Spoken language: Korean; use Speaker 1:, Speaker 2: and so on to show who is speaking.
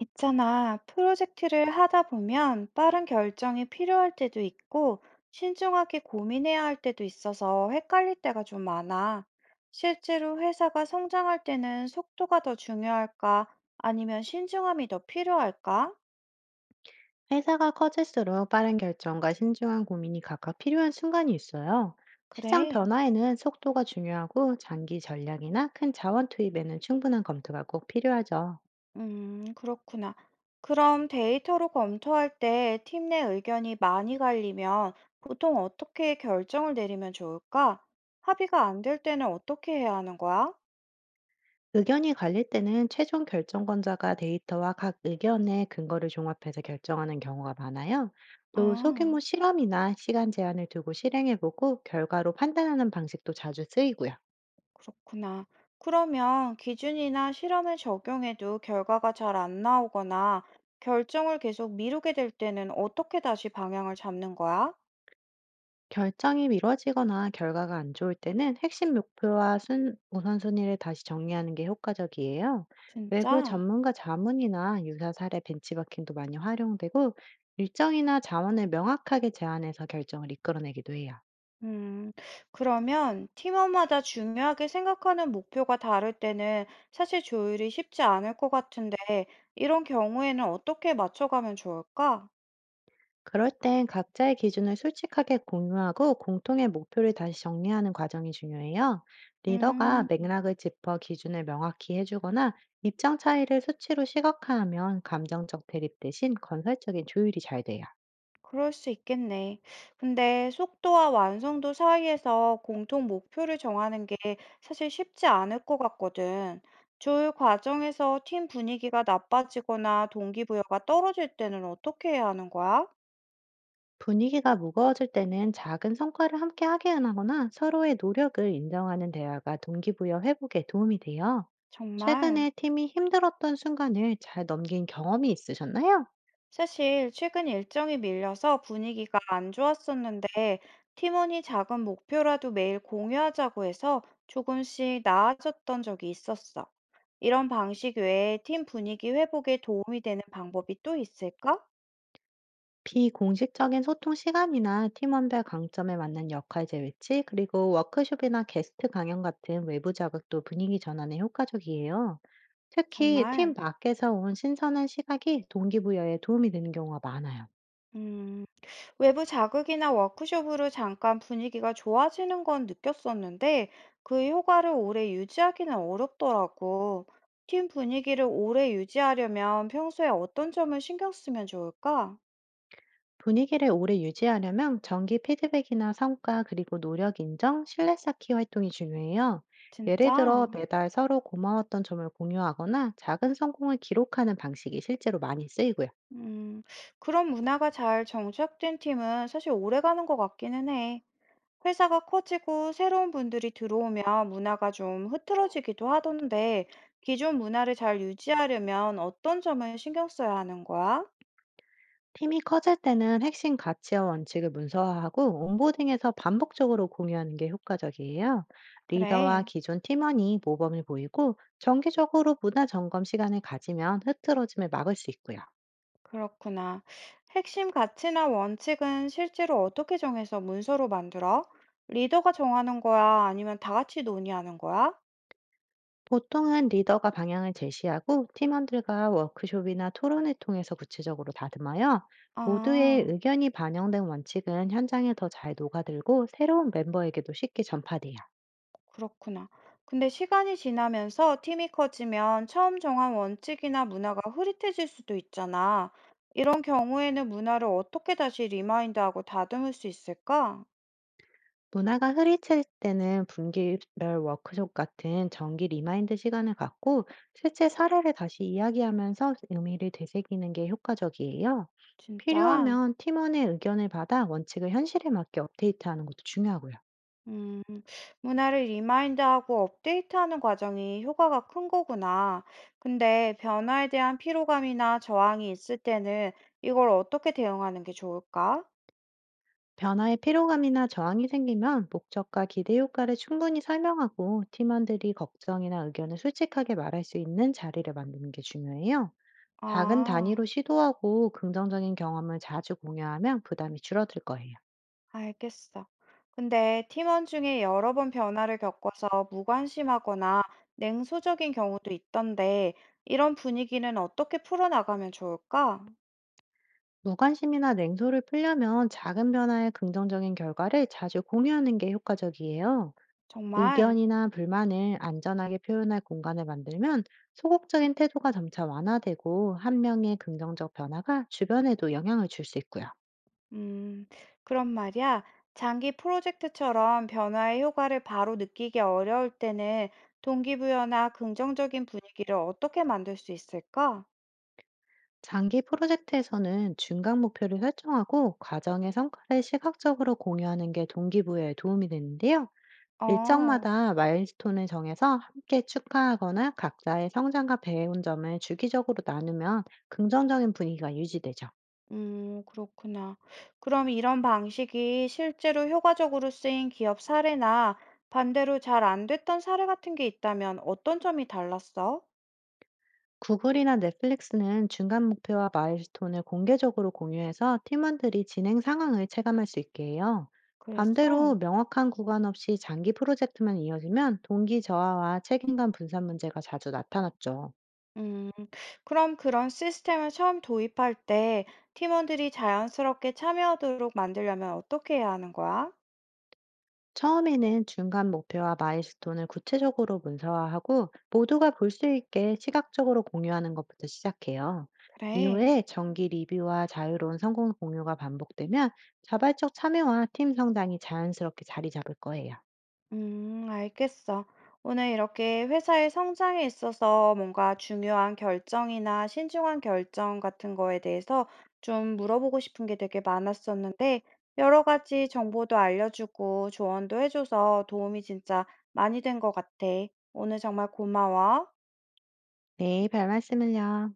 Speaker 1: 있잖아, 프로젝트를 하다 보면 빠른 결정이 필요할 때도 있고, 신중하게 고민해야 할 때도 있어서 헷갈릴 때가 좀 많아. 실제로 회사가 성장할 때는 속도가 더 중요할까? 아니면 신중함이 더 필요할까?
Speaker 2: 회사가 커질수록 빠른 결정과 신중한 고민이 각각 필요한 순간이 있어요. 시장
Speaker 1: 그래.
Speaker 2: 변화에는 속도가 중요하고, 장기 전략이나 큰 자원 투입에는 충분한 검토가 꼭 필요하죠.
Speaker 1: 그렇구나. 그럼 데이터로 검토할 때 팀 내 의견이 많이 갈리면 보통 어떻게 결정을 내리면 좋을까? 합의가 안 될 때는 어떻게 해야 하는 거야?
Speaker 2: 의견이 갈릴 때는 최종 결정권자가 데이터와 각 의견의 근거를 종합해서 결정하는 경우가 많아요. 또
Speaker 1: 아.
Speaker 2: 소규모 실험이나 시간 제한을 두고 실행해보고 결과로 판단하는 방식도 자주 쓰이고요.
Speaker 1: 그렇구나. 그러면 기준이나 실험을 적용해도 결과가 잘 안 나오거나 결정을 계속 미루게 될 때는 어떻게 다시 방향을 잡는 거야?
Speaker 2: 결정이 미뤄지거나 결과가 안 좋을 때는 핵심 목표와 우선순위를 다시 정리하는 게 효과적이에요. 외부
Speaker 1: 진짜?
Speaker 2: 전문가 자문이나 유사 사례 벤치마킹도 많이 활용되고, 일정이나 자원을 명확하게 제한해서 결정을 이끌어내기도 해요.
Speaker 1: 음, 그러면 팀원마다 중요하게 생각하는 목표가 다를 때는 사실 조율이 쉽지 않을 것 같은데, 이런 경우에는 어떻게 맞춰가면 좋을까?
Speaker 2: 그럴 땐 각자의 기준을 솔직하게 공유하고 공통의 목표를 다시 정리하는 과정이 중요해요. 리더가
Speaker 1: 음.
Speaker 2: 맥락을 짚어 기준을 명확히 해주거나 입장 차이를 수치로 시각화하면, 감정적 대립 대신 건설적인 조율이 잘 돼요.
Speaker 1: 그럴 수 있겠네. 근데 속도와 완성도 사이에서 공통 목표를 정하는 게 사실 쉽지 않을 것 같거든. 조율 과정에서 팀 분위기가 나빠지거나 동기부여가 떨어질 때는 어떻게 해야 하는 거야?
Speaker 2: 분위기가 무거워질 때는 작은 성과를 함께 확인하거나 서로의 노력을 인정하는 대화가 동기부여 회복에 도움이 돼요.
Speaker 1: 정말.
Speaker 2: 최근에 팀이 힘들었던 순간을 잘 넘긴 경험이 있으셨나요?
Speaker 1: 사실 최근 일정이 밀려서 분위기가 안 좋았었는데 팀원이 작은 목표라도 매일 공유하자고 해서 조금씩 나아졌던 적이 있었어. 이런 방식 외에 팀 분위기 회복에 도움이 되는 방법이 또 있을까?
Speaker 2: 비공식적인 소통 시간이나 팀원별 강점에 맞는 역할제 배치, 그리고 워크숍이나 게스트 강연 같은 외부 자극도 분위기 전환에 효과적이에요. 특히 팀
Speaker 1: 정말,
Speaker 2: 밖에서 온 신선한 시각이 동기부여에 도움이 되는 경우가 많아요.
Speaker 1: 음, 외부 자극이나 워크숍으로 잠깐 분위기가 좋아지는 건 느꼈었는데 그 효과를 오래 유지하기는 어렵더라고. 팀 분위기를 오래 유지하려면 평소에 어떤 점을 신경 쓰면 좋을까?
Speaker 2: 분위기를 오래 유지하려면 정기 피드백이나 성과, 그리고 노력 인정, 신뢰 쌓기 활동이 중요해요. 예를
Speaker 1: 진짜,
Speaker 2: 들어 매달 서로 고마웠던 점을 공유하거나 작은 성공을 기록하는 방식이 실제로 많이 쓰이고요.
Speaker 1: 음, 그런 문화가 잘 정착된 팀은 사실 오래 가는 것 같기는 해. 회사가 커지고 새로운 분들이 들어오면 문화가 좀 흐트러지기도 하던데, 기존 문화를 잘 유지하려면 어떤 점을 신경 써야 하는 거야?
Speaker 2: 팀이 커질 때는 핵심 가치와 원칙을 문서화하고 온보딩에서 반복적으로 공유하는 게 효과적이에요. 리더와
Speaker 1: 그래,
Speaker 2: 기존 팀원이 모범을 보이고 정기적으로 문화 점검 시간을 가지면 흐트러짐을 막을 수 있고요.
Speaker 1: 그렇구나. 핵심 가치나 원칙은 실제로 어떻게 정해서 문서로 만들어? 리더가 정하는 거야? 아니면 다 같이 논의하는 거야?
Speaker 2: 보통은 리더가 방향을 제시하고 팀원들과 워크숍이나 토론을 통해서 구체적으로 다듬어요. 모두의
Speaker 1: 아,
Speaker 2: 의견이 반영된 원칙은 현장에 더 잘 녹아들고, 새로운 멤버에게도 쉽게 전파돼요.
Speaker 1: 그렇구나. 근데 시간이 지나면서 팀이 커지면 처음 정한 원칙이나 문화가 흐릿해질 수도 있잖아. 그런 경우에는 문화를 어떻게 다시 리마인드하고 다듬을 수 있을까?
Speaker 2: 문화가 흐리칠 때는 분기별 워크숍 같은 정기 리마인드 시간을 갖고, 실제 사례를 다시 이야기하면서 의미를 되새기는 게 효과적이에요.
Speaker 1: 진짜,
Speaker 2: 필요하면 팀원의 의견을 받아 원칙을 현실에 맞게 업데이트하는 것도 중요하고요.
Speaker 1: 음, 문화를 리마인드하고 업데이트하는 과정이 효과가 큰 거구나. 근데 변화에 대한 피로감이나 저항이 있을 때는 이걸 어떻게 대응하는 게 좋을까?
Speaker 2: 변화에 피로감이나 저항이 생기면, 목적과 기대 효과를 충분히 설명하고, 팀원들이 걱정이나 의견을 솔직하게 말할 수 있는 자리를 만드는 게 중요해요. 작은
Speaker 1: 아,
Speaker 2: 단위로 시도하고 긍정적인 경험을 자주 공유하면 부담이 줄어들 거예요.
Speaker 1: 알겠어. 근데 팀원 중에 여러 번 변화를 겪어서 무관심하거나 냉소적인 경우도 있던데, 이런 분위기는 어떻게 풀어나가면 좋을까?
Speaker 2: 무관심이나 냉소를 풀려면 작은 변화의 긍정적인 결과를 자주 공유하는 게 효과적이에요.
Speaker 1: 정말.
Speaker 2: 의견이나 불만을 안전하게 표현할 공간을 만들면 소극적인 태도가 점차 완화되고, 한 명의 긍정적 변화가 주변에도 영향을 줄 수 있고요.
Speaker 1: 음, 그런 말이야. 장기 프로젝트처럼 변화의 효과를 바로 느끼기 어려울 때는 동기부여나 긍정적인 분위기를 어떻게 만들 수 있을까?
Speaker 2: 장기 프로젝트에서는 중간 목표를 설정하고 과정의 성과를 시각적으로 공유하는 게 동기부여에 도움이 되는데요.
Speaker 1: 어,
Speaker 2: 일정마다 마일스톤을 정해서 함께 축하하거나 각자의 성장과 배운 점을 주기적으로 나누면 긍정적인 분위기가 유지되죠.
Speaker 1: 그렇구나. 그럼 이런 방식이 실제로 효과적으로 쓰인 기업 사례나 반대로 잘 안 됐던 사례 같은 게 있다면 어떤 점이 달랐어?
Speaker 2: 구글이나 넷플릭스는 중간 목표와 마일스톤을 공개적으로 공유해서 팀원들이 진행 상황을 체감할 수 있게 해요.
Speaker 1: 그랬어?
Speaker 2: 반대로 명확한 구간 없이 장기 프로젝트만 이어지면 동기 저하와 책임감 분산 문제가 자주 나타났죠.
Speaker 1: 음, 그럼 그런 시스템을 처음 도입할 때 팀원들이 자연스럽게 참여하도록 만들려면 어떻게 해야 하는 거야?
Speaker 2: 처음에는 중간 목표와 마일스톤을 구체적으로 문서화하고, 모두가 볼 수 있게 시각적으로 공유하는 것부터 시작해요.
Speaker 1: 그래.
Speaker 2: 이후에 정기 리뷰와 자유로운 성공 공유가 반복되면 자발적 참여와 팀 성장이 자연스럽게 자리 잡을 거예요.
Speaker 1: 알겠어. 오늘 이렇게 회사의 성장에 있어서 뭔가 중요한 결정이나 신중한 결정 같은 거에 대해서 좀 물어보고 싶은 게 되게 많았었는데, 여러 가지 정보도 알려주고 조언도 해줘서 도움이 진짜 많이 된 것 같아. 오늘 정말 고마워.
Speaker 2: 네, 별 말씀을요.